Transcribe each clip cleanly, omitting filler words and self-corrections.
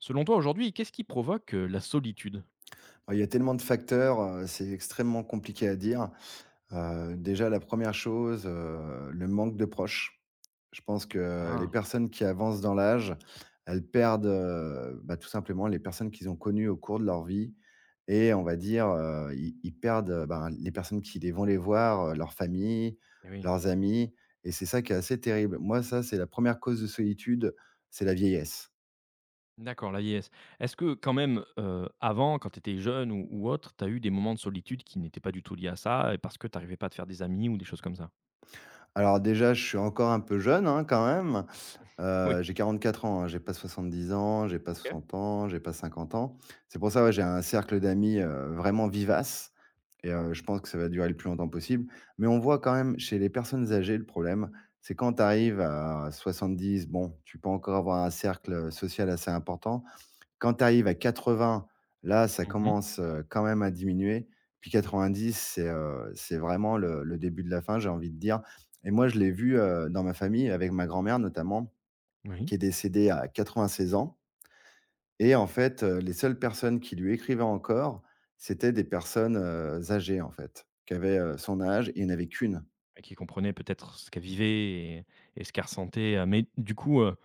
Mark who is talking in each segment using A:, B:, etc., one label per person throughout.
A: Selon toi, aujourd'hui, qu'est-ce qui provoque, la solitude?
B: Ouais, il y a tellement de facteurs, c'est extrêmement compliqué à dire. Déjà la première chose, le manque de proches. Je pense que les
A: Ah,
B: personnes qui avancent dans l'âge, elles perdent, bah, tout simplement les personnes qu'ils ont connues au cours de leur vie, et on va dire, ils perdent, ben, les personnes qui les vont les voir, leur famille,
A: eh oui.
B: leurs amis, et c'est ça qui est assez terrible. Moi ça, c'est la première cause de solitude, c'est la vieillesse.
A: D'accord, la l'AIS. Est-ce que quand même, avant, quand tu étais jeune ou autre, tu as eu des moments de solitude qui n'étaient pas du tout liés à ça et parce que tu arrivais pas à te faire des amis ou des choses comme ça?
B: Alors déjà, je suis encore un peu jeune, hein, quand même.
A: Oui,
B: J'ai 4 ans, hein, j'ai pas 70 ans, j'ai pas
A: OK.
B: 60 ans, j'ai pas 50 ans. C'est pour ça, ouais, j'ai un cercle d'amis, vraiment vivace, et je pense que ça va durer le plus longtemps possible. Mais on voit quand même chez les personnes âgées le problème, c'est quand tu arrives à 10, bon, tu peux encore avoir un cercle, social assez important. Quand tu arrives à 20, là, ça
A: Mmh.
B: commence, quand même à diminuer. Puis 90, c'est vraiment le début de la fin, j'ai envie de dire, et moi, je l'ai vu, dans ma famille, avec ma grand-mère notamment,
A: Oui.
B: qui est décédé à 96 ans, et en fait, les seules personnes qui lui écrivaient encore, c'était des personnes, âgées en fait, qui avaient, son âge, et il y en avait qu'1.
A: Qui comprenait peut-être ce qu'elle vivait et ce qu'elle ressentait, mais du coup, heu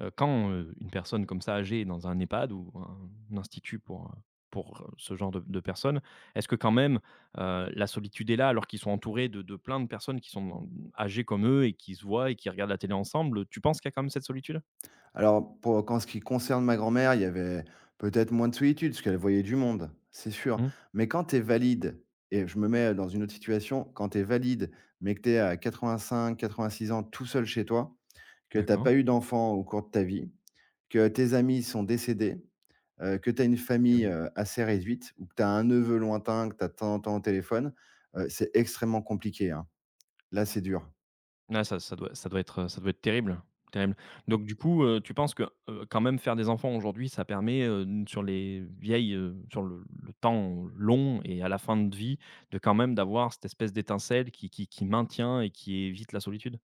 A: heu, quand, une personne comme ça âgée est dans un EHPAD ou un institut pour, ce genre de personnes, est-ce que quand même, la solitude est là alors qu'ils sont entourés de plein de personnes qui sont dans âgées comme eux et qui se voient et qui regardent la télé ensemble, tu penses qu'il y a quand même cette solitude?
B: Alors pour quand ce qui concerne ma grand-mère, il y avait peut-être moins de solitude parce qu'elle voyait du monde, c'est sûr.
A: Mmh.
B: Mais quand tu es valide, et je me mets dans une autre situation, quand tu es valide, mais que tu es à 85-86 ans tout seul chez toi, que tu as
A: D'accord.
B: pas eu d'enfant au cours de ta vie, que tes amis sont décédés, que tu as une
A: Eh
B: famille,
A: oui.
B: assez réduite, ou que tu as un neveu lointain que tu as de temps en temps au téléphone, c'est extrêmement compliqué, hein. Là, c'est dur.
A: Ah, ça ça doit être terrible, terrible. Donc du coup, tu penses que, quand même faire des enfants aujourd'hui, ça permet, sur les vieilles, sur le temps long et à la fin de vie, de quand même d'avoir cette espèce d'étincelle qui maintient et qui évite la solitude?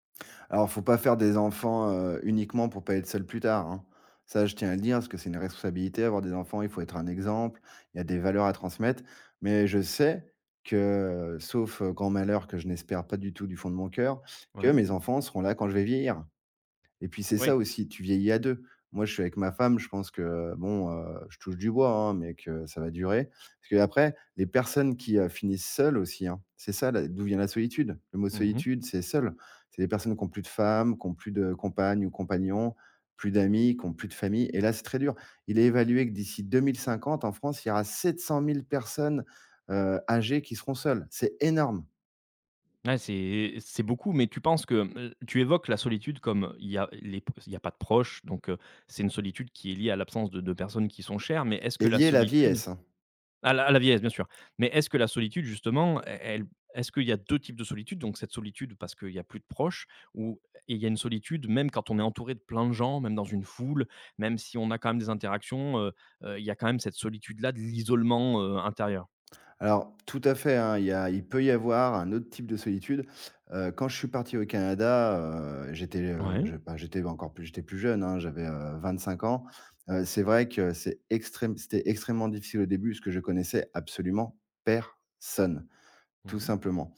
B: Alors faut pas faire des enfants, uniquement pour pas être seul plus tard, hein. Ça, je tiens à le dire parce que c'est une responsabilité avoir des enfants, il faut être un exemple, il y a des valeurs à transmettre. Mais je sais que, sauf, grand malheur que je n'espère pas du tout du fond de mon cœur, que
A: Ouais,
B: mes enfants seront là quand je vais vieillir. Et puis c'est ça
A: oui.
B: aussi, tu vieillis à 2. Moi, je suis avec ma femme, je pense que bon, je touche du bois, hein, mais que ça va durer. Parce que après, les personnes qui, finissent seules aussi, hein, c'est ça la d'où vient la solitude. Le mot
A: Mmh.
B: solitude, c'est seul. C'est des personnes qui n'ont plus de femme, qui n'ont plus de compagne ou compagnon, plus d'amis, qui n'ont plus de famille, et là, c'est très dur. Il est évalué que d'ici 2050 en France, il y aura 700 000 personnes, âgées, qui seront seules. C'est énorme
A: Ouais, c'est beaucoup, mais tu penses que, tu évoques la solitude comme il y a les p il y a pas de proches, donc c'est une solitude qui est liée à l'absence de personnes qui sont chères, mais est-ce que
B: et
A: la
B: lié à la
A: solitude
B: vieillesse, hein.
A: à la vieillesse, bien sûr. Mais est-ce que la solitude justement, e elle est-ce qu'il y a 2 types de solitude? Donc cette solitude parce qu'il y a plus de proches ou et il y a une solitude même quand on est entouré de plein de gens, même dans une foule, même si on a quand même des interactions, il y a quand même cette solitude-là de l'isolement, intérieur.
B: Alors, tout à fait, hein, il peut y avoir un autre type de solitude. Quand je suis parti au Canada, j'étais,
A: Ouais.
B: je bah, j'étais encore plus j'étais plus jeune, hein, j'avais, 25 ans. C'est vrai que c'était extrêmement difficile au début, parce que je connaissais absolument personne, tout
A: Mmh.
B: simplement.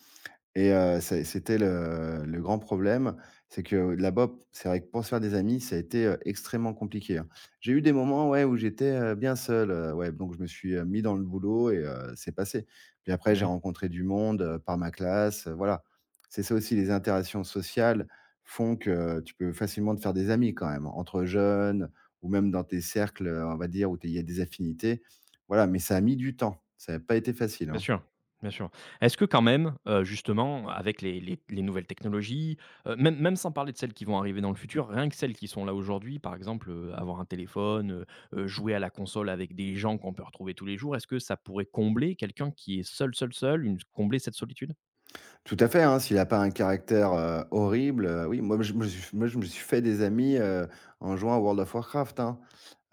B: Et c'était le grand problème, c'est que là-bas, c'est vrai que pour se faire des amis, ça a été, extrêmement compliqué, hein. J'ai eu des moments, ouais, où j'étais, bien seul, ouais, donc je me suis, mis dans le boulot, et c'est passé. Puis après, j'ai
A: Oui.
B: rencontré du monde, par ma classe, voilà. C'est ça aussi, les interactions sociales font que tu peux facilement te faire des amis quand même, entre jeunes, ou même dans tes cercles, on va dire, où tu il y a des affinités. Voilà, mais ça a mis du temps. Ça n'a pas été facile,
A: Bien
B: hein.
A: sûr, bien sûr. Est-ce que quand même, justement, avec les nouvelles technologies, même sans parler de celles qui vont arriver dans le futur, rien que celles qui sont là aujourd'hui, par exemple, avoir un téléphone, jouer à la console avec des gens qu'on peut retrouver tous les jours, est-ce que ça pourrait combler quelqu'un qui est seul, seul, seul, une combler cette solitude?
B: Tout à fait, hein, s'il a pas un caractère, horrible, oui, moi je me suis fait des amis, en jouant à World of Warcraft, hein.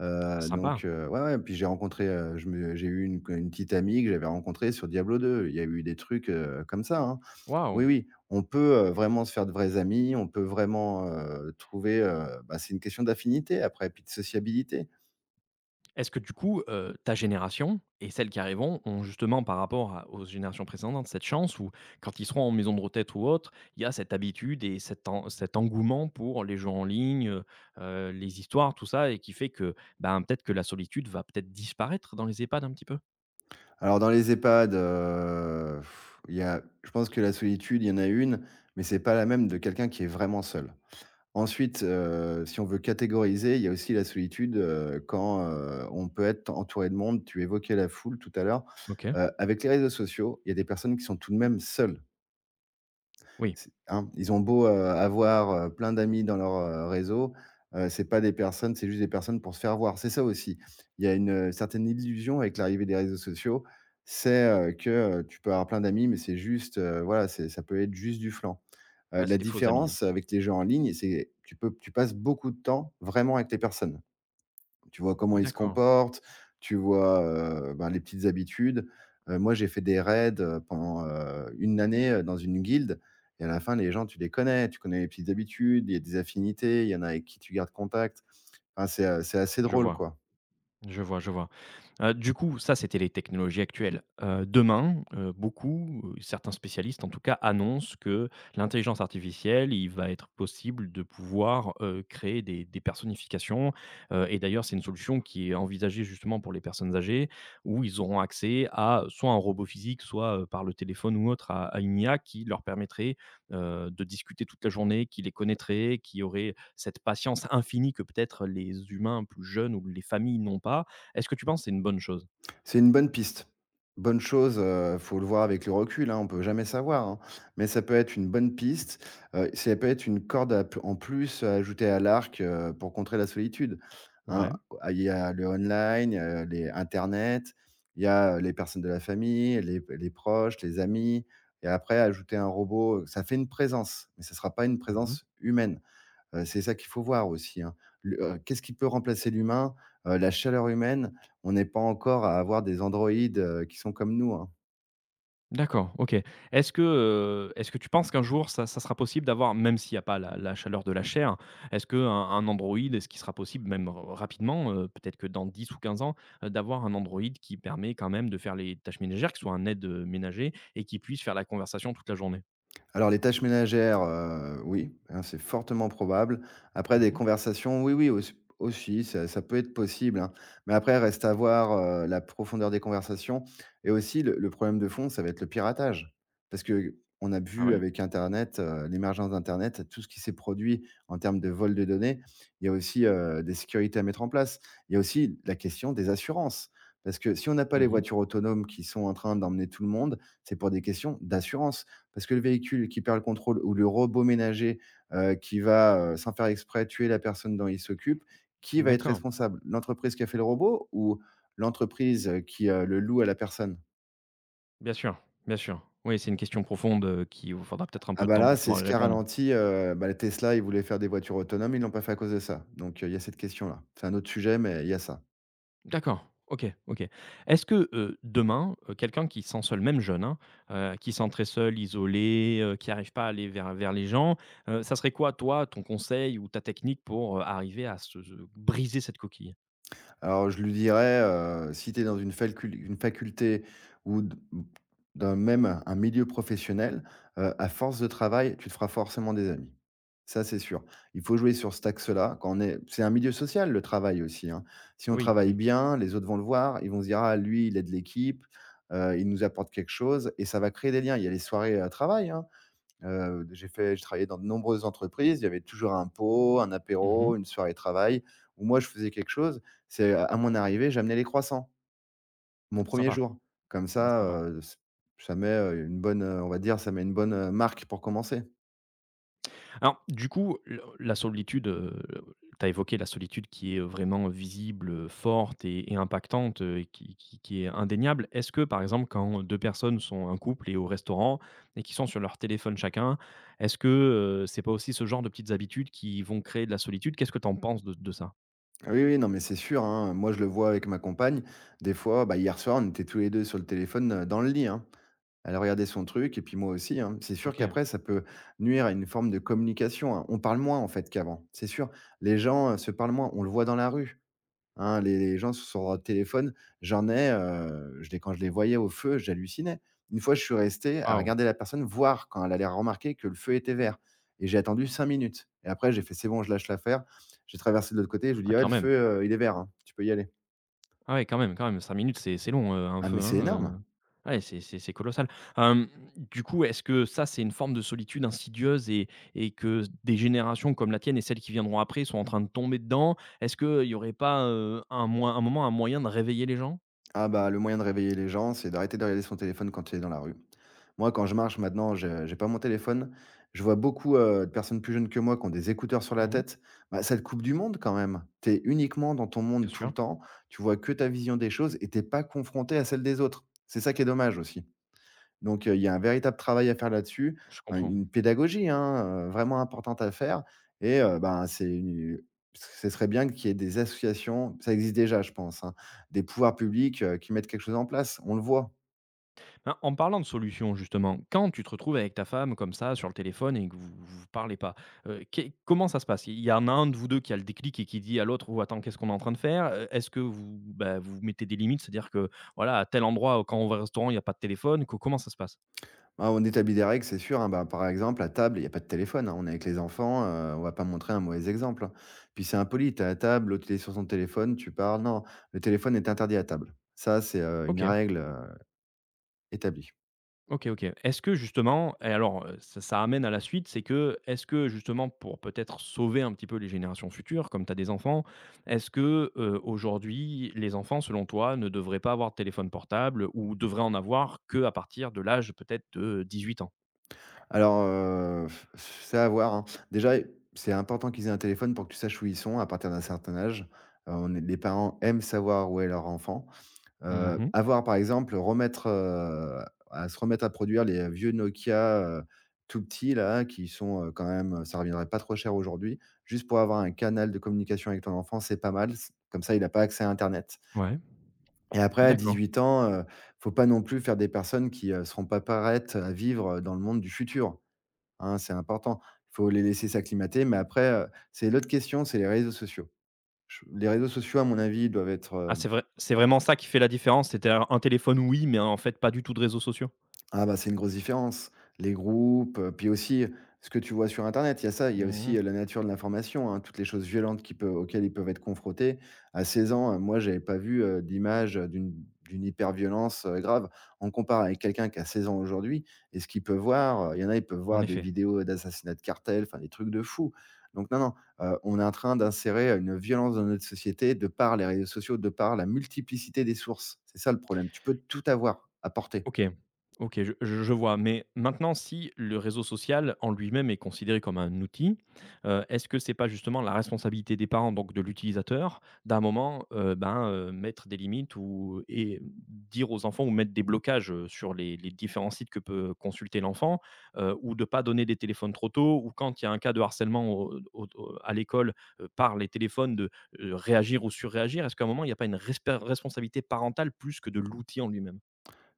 A: Sympa.
B: Donc ouais, ouais, puis j'ai rencontré, je me j'ai eu une petite amie que j'avais rencontrée sur Diablo 2. Il y a eu des trucs, comme ça, hein. Oui,
A: Waouh!
B: oui, on peut, vraiment se faire de vrais amis, on peut vraiment, trouver, bah, c'est une question d'affinité après, puis de sociabilité.
A: Est-ce que du coup, ta génération et celles qui arriveront ont justement par rapport à aux générations précédentes cette chance où quand ils seront en maison de retraite ou autre, il y a cette habitude et cet en cet engouement pour les jeux en ligne, les histoires, tout ça et qui fait que, ben, peut-être que la solitude va peut-être disparaître dans les EHPAD un petit peu?
B: Alors dans les EHPAD, il y a je pense que la solitude, il y en a une, mais c'est pas la même de quelqu'un qui est vraiment seul. Ensuite, si on veut catégoriser, il y a aussi la solitude, quand, on peut être entouré de monde. Tu évoquais la foule tout à l'heure.
A: OK,
B: Avec les réseaux sociaux, il y a des personnes qui sont tout de même seules.
A: oui.
B: C'est hein, ils ont beau, avoir, plein d'amis dans leur, réseau, c'est pas des personnes, c'est juste des personnes pour se faire voir. C'est ça aussi. Il y a une, certaine illusion avec l'arrivée des réseaux sociaux, c'est, que, tu peux avoir plein d'amis, mais c'est juste, voilà, c'est ça peut être juste du flan.
A: Ouais,
B: La
A: c'est des faux amis, ouais.
B: différence avec les jeux en ligne, c'est que tu passes beaucoup de temps vraiment avec les personnes. Tu vois comment ils se
A: D'accord,
B: comportent, tu vois, ben, les petites habitudes. Moi, j'ai fait des raids, pendant, 1 année, dans une guilde, et à la fin, les gens, tu les connais, tu connais les petites habitudes, il y a des affinités, il y en a avec qui tu gardes contact. Enfin, c'est assez
A: je
B: drôle,
A: vois.
B: quoi.
A: Je vois, je vois. Du coup, ça, c'était les technologies actuelles. Demain, beaucoup, certains spécialistes, en tout cas, annoncent que l'intelligence artificielle, il va être possible de pouvoir, créer des personnifications, et d'ailleurs, c'est une solution qui est envisagée justement pour les personnes âgées, où ils auront accès à soit un robot physique, soit, par le téléphone ou autre, à une IA qui leur permettrait de discuter toute la journée, qui les connaîtraient, qui auraient cette patience infinie que peut-être les humains plus jeunes ou les familles n'ont pas. Est-ce que tu penses que c'est une bonne chose?
B: C'est une bonne piste. Bonne chose, faut le voir avec le recul, hein, on peut jamais savoir, hein, mais ça peut être une bonne piste, ça peut être une corde à p en plus à ajouter à l'arc, pour contrer la solitude, hein.
A: Ouais.
B: Ah, il y a le online, les internet, il y a les personnes de la famille, les proches, les amis, et après ajouter un robot, ça fait une présence, mais ça sera pas une
A: Mmh.
B: présence humaine. C'est ça qu'il faut voir aussi, hein. Le Qu'est-ce qui peut remplacer l'humain? La chaleur humaine, on n'est pas encore à avoir des androïdes, qui sont comme nous, hein.
A: D'accord, OK. Est-ce que tu penses qu'un jour ça ça sera possible d'avoir même s'il n'y a pas la la chaleur de la chair, est-ce qu'un un Android, est-ce qu'il sera possible même ra rapidement, peut-être que dans 10 ou 15 ans, d'avoir un Android qui permet quand même de faire les tâches ménagères, qui soit un aide, ménager et qui puisse faire la conversation toute la journée?
B: Alors les tâches ménagères, oui, hein, c'est fortement probable. Après des
A: Mmh.
B: conversations, oui, oui, aussi, ça peut être possible, hein. Mais après reste à voir, la profondeur des conversations, et aussi le problème de fond, ça va être le piratage. Parce que on a
A: Ah
B: vu
A: ouais?
B: avec internet, l'émergence d'internet, tout ce qui s'est produit en termes de vol de données. Il y a aussi, des sécurités à mettre en place. Il y a aussi la question des assurances. Parce que si on n'a pas les
A: Mmh.
B: voitures autonomes qui sont en train d'emmener tout le monde, c'est pour des questions d'assurance. Parce que le véhicule qui perd le contrôle ou le robot ménager, qui va, sans faire exprès, tuer la personne dont il s'occupe, qui va être
A: D'accord.
B: responsable? L'entreprise qui a fait le robot, ou l'entreprise, qui, le loue à la personne?
A: Bien sûr, bien sûr. Oui, c'est une question profonde, qui vous faudra peut-être un
B: Ah
A: peu de
B: bah,
A: temps
B: là,
A: pour
B: c'est
A: pouvoir
B: ce
A: y
B: qui a
A: répondre.
B: ralenti, bah, Tesla, ils voulaient faire des voitures autonomes, ils l'ont pas fait à cause de ça. Donc, il y a cette question-là. C'est un autre sujet, mais il y a ça.
A: D'accord, OK, OK. Est-ce que, demain, quelqu'un qui se sent seul, même jeune, hein, qui se sent très seul, isolé, qui n'arrive pas à aller vers les gens, ça serait quoi, toi, ton conseil ou ta technique pour, arriver à se se briser cette coquille?
B: Alors, je lui dirais, si tu es dans une falcul une faculté ou d dans même un milieu professionnel, à force de travail, tu te feras forcément des amis. Ça, c'est sûr. Il faut jouer sur cet axe-là, quand on est c'est un milieu social le travail aussi, hein. Si on
A: Oui,
B: travaille
A: oui.
B: bien, les autres vont le voir, ils vont se dire: «Ah lui, il aide l'équipe, il nous apporte quelque chose», et ça va créer des liens. Il y a les soirées, travail, hein. J'ai travaillé dans de nombreuses entreprises, il y avait toujours un pot, un apéro,
A: Mmh.
B: une soirée travail où moi je faisais quelque chose. C'est à mon arrivée, j'amenais les croissants, mon premier
A: Sympa,
B: jour. Comme
A: ouais,
B: ça,
A: sympa.
B: s ça met, on va dire, ça met une bonne, marque pour commencer.
A: Alors, du coup, le la solitude, tu as évoqué la solitude qui est, vraiment visible, forte et impactante, et qui est indéniable. Est-ce que, par exemple, quand 2 personnes sont un couple et au restaurant et qui sont sur leur téléphone chacun, est-ce que, c'est pas aussi ce genre de petites habitudes qui vont créer de la solitude? Qu'est-ce que tu en penses de ça?
B: Ah, oui, oui, non, mais c'est sûr, hein. Moi, je le vois avec ma compagne. Des fois, bah, hier soir, on était tous les 2 sur le téléphone, dans le lit, hein. Elle a regardé son truc et puis moi aussi, hein. C'est sûr
A: OK,
B: qu'après ça peut nuire à une forme de communication, hein. On parle moins en fait qu'avant, c'est sûr. Les gens, se parlent moins, on le voit dans la rue, hein, les gens sont sur leur téléphone. J'en ai, je les quand je les voyais au feu, j'hallucinais. Une fois, je suis resté à
A: waouh!
B: regarder la personne, voir quand elle allait remarquer que le feu était vert et j'ai attendu 5 minutes et après j'ai fait: «C'est bon, je lâche l'affaire». J'ai traversé de l'autre côté, je lui
A: Ah,
B: dis: «Ouais,
A: quand
B: le feu,
A: même.
B: il est vert, hein, tu peux y aller».
A: Ah ouais, quand même, 5 minutes, c'est long, un
B: Ah
A: feu,
B: mais c'est
A: hein,
B: énorme!
A: ouais, c'est colossal. Hem, du coup, est-ce que ça, c'est une forme de solitude insidieuse et que s des générations comme la tienne et celles qui viendront après sont en train de tomber dedans? Est-ce qu'il y aurait pas, un moy un moment, un moyen de réveiller les gens?
B: Ah bah, le moyen de réveiller les gens, c'est d'arrêter de regarder son téléphone quand il est dans la rue. Moi, quand je marche maintenant, je j'ai pas mon téléphone. Je vois beaucoup de personnes plus jeunes que moi qui ont des écouteurs sur la
A: Mmh mh,
B: tête. Bah, ça te coupe du monde quand même. Tu es uniquement dans ton monde
A: bien
B: tout le
A: sûr,
B: temps. Tu vois que ta vision des choses et t'es pas confronté à celle des autres. C'est ça qui est dommage aussi. Donc, il y a un véritable travail à faire là-dessus,
A: je
B: un
A: comprends.
B: une pédagogie, hein, vraiment importante à faire et ben, c'est une ce serait bien qu'il y ait des associations, ça existe déjà, je pense, hein, des pouvoirs publics, qui mettent quelque chose en place. On le voit.
A: Ben, en parlant de solutions, justement, quand tu te retrouves avec ta femme comme ça sur le téléphone et que vous parlez pas, qu'est comment ça se passe? Il y en a un de vous 2 qui a le déclic et qui dit à l'autre: «Oh attends, qu'est-ce qu'on est en train de faire?» Est-ce que vous, bah, vous mettez des limites? C'est-à-dire que, voilà, à tel endroit, quand on va au restaurant, il y a pas de téléphone, co comment ça se passe?
B: Ben, on établit des règles, c'est sûr, hein, ben, par exemple, à table, il y a pas de téléphone, hein, on est avec les enfants, on va pas montrer un mauvais exemple, hein. Puis c'est impoli, tu es à table, l'autre il est sur son téléphone, tu parles. Non, le téléphone est interdit à table. Ça, c'est, une
A: OK.
B: règle, établie.
A: OK, OK. Est-ce que justement et alors, ça ça amène à la suite, c'est que, est-ce que justement pour peut-être sauver un petit peu les générations futures, comme tu as des enfants, est-ce que, aujourd'hui, les enfants, selon toi, ne devraient pas avoir de téléphone portable ou devraient en avoir que à partir de l'âge peut-être de 18 ans?
B: Alors, c'est à voir, hein. Déjà, c'est important qu'ils aient un téléphone pour que tu saches où ils sont à partir d'un certain âge. On est les parents aiment savoir où est leur enfant. Heu,
A: Mmh.
B: avoir par exemple, à se remettre à produire les vieux Nokia, tout petits là, qui sont, quand même ça reviendrait pas trop cher aujourd'hui. Juste pour avoir un canal de communication avec ton enfant, c'est pas mal. C comme ça, il a pas accès à internet.
A: Ouais,
B: Et après à
A: d'accord.
B: 18 ans, faut pas non plus faire des personnes qui, seront pas prêtes à vivre, dans le monde du futur. Hein, c'est important. Il faut les laisser s'acclimater, mais après, c'est l'autre question, c'est les réseaux sociaux. Je les réseaux sociaux, à mon avis, doivent être,
A: Ah,
B: heu
A: c'est vrai c'est vraiment ça qui fait la différence. C'était un téléphone, oui, mais en fait, pas du tout de réseaux sociaux?
B: Ah bah, c'est une grosse différence. Les groupes, puis aussi ce que tu vois sur internet, il y a ça, il y a aussi,
A: Mmh.
B: la nature de l'information, hein, toutes les choses violentes qui peu auxquelles ils peuvent être confrontés. À 16 ans, moi, j'avais pas vu, d'image, d'une hyperviolence, grave. On compare avec quelqu'un qui a 16 ans aujourd'hui et ce qu'il peut voir, il y en a, ils peuvent
A: En
B: voir des
A: effet.
B: vidéos d'assassinats de cartels, enfin des trucs de fou. Donc non, non, on est en train d'insérer, une violence dans notre société de par les réseaux sociaux, de par la multiplicité des sources. C'est ça le problème. Tu peux tout avoir, à portée.
A: OK. OK, je vois. Mais maintenant, si le réseau social en lui-même est considéré comme un outil, est-ce que c'est pas justement la responsabilité des parents, donc de l'utilisateur, d'un moment, ben, mettre des limites ou et dire aux enfants ou mettre des blocages, sur les différents sites que peut consulter l'enfant, ou de pas donner des téléphones trop tôt ou quand il y a un cas de harcèlement au à l'école, par les téléphones de, réagir ou surréagir? Est-ce qu'à un moment, il n'y a pas une respe responsabilité parentale plus que de l'outil en lui-même?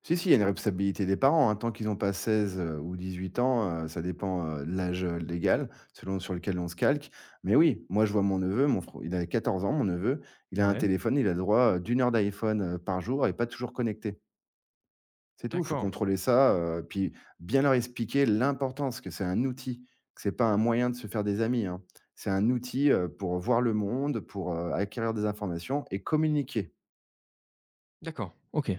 B: Si, si, il y a une responsabilité des parents, hein. Tant qu'ils n'ont pas 16 ou 8 ans, ça dépend, de l'âge, légal, selon sur lequel on se calque. Mais oui, moi, je vois mon neveu, mon fr il a 14 ans, mon neveu, il a un
A: Ouais.
B: téléphone, il a le droit, d'1 heure d'iPhone, par jour et pas toujours connecté. C'est tout, il faut
A: D'accord,
B: contrôler ça, puis bien leur expliquer l'importance que c'est un outil, que c'est pas un moyen de se faire des amis, hein. C'est un outil, pour voir le monde, pour, acquérir des informations et communiquer.
A: d'accord, OK,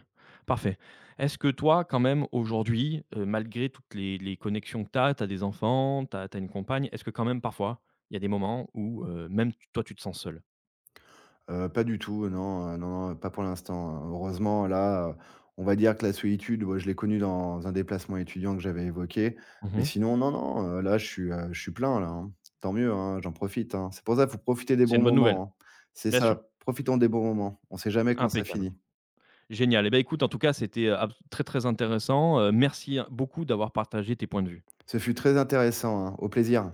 A: parfait. Est-ce que toi, quand même, aujourd'hui, malgré toutes les connexions que tu as des enfants, tu as une compagne, est-ce que quand même, parfois, il y a des moments où, même t toi, tu te sens seul.
B: Pas du tout, non, non, non, pas pour l'instant, heureusement là, on va dire que la solitude, ouais, je l'ai connue dans un déplacement étudiant que j'avais évoqué, mais
A: Mmh.
B: sinon, non, non, là, je suis plein là, hein. Tant mieux, hein, j'en profite, hein. C'est pour ça, qu'il faut profiter des
A: C'est
B: bons
A: une bonne nouvelle,
B: moments, hein. C'est
A: bien sûr.
B: ça, profitons des bons moments. On ne sait jamais quand ça
A: Impeccable.
B: finit.
A: Génial. Et ben écoute, en tout cas, c'était, abs très, très intéressant, merci hein, beaucoup d'avoir partagé tes points de vue.
B: Ce fut très intéressant, hein. Au plaisir.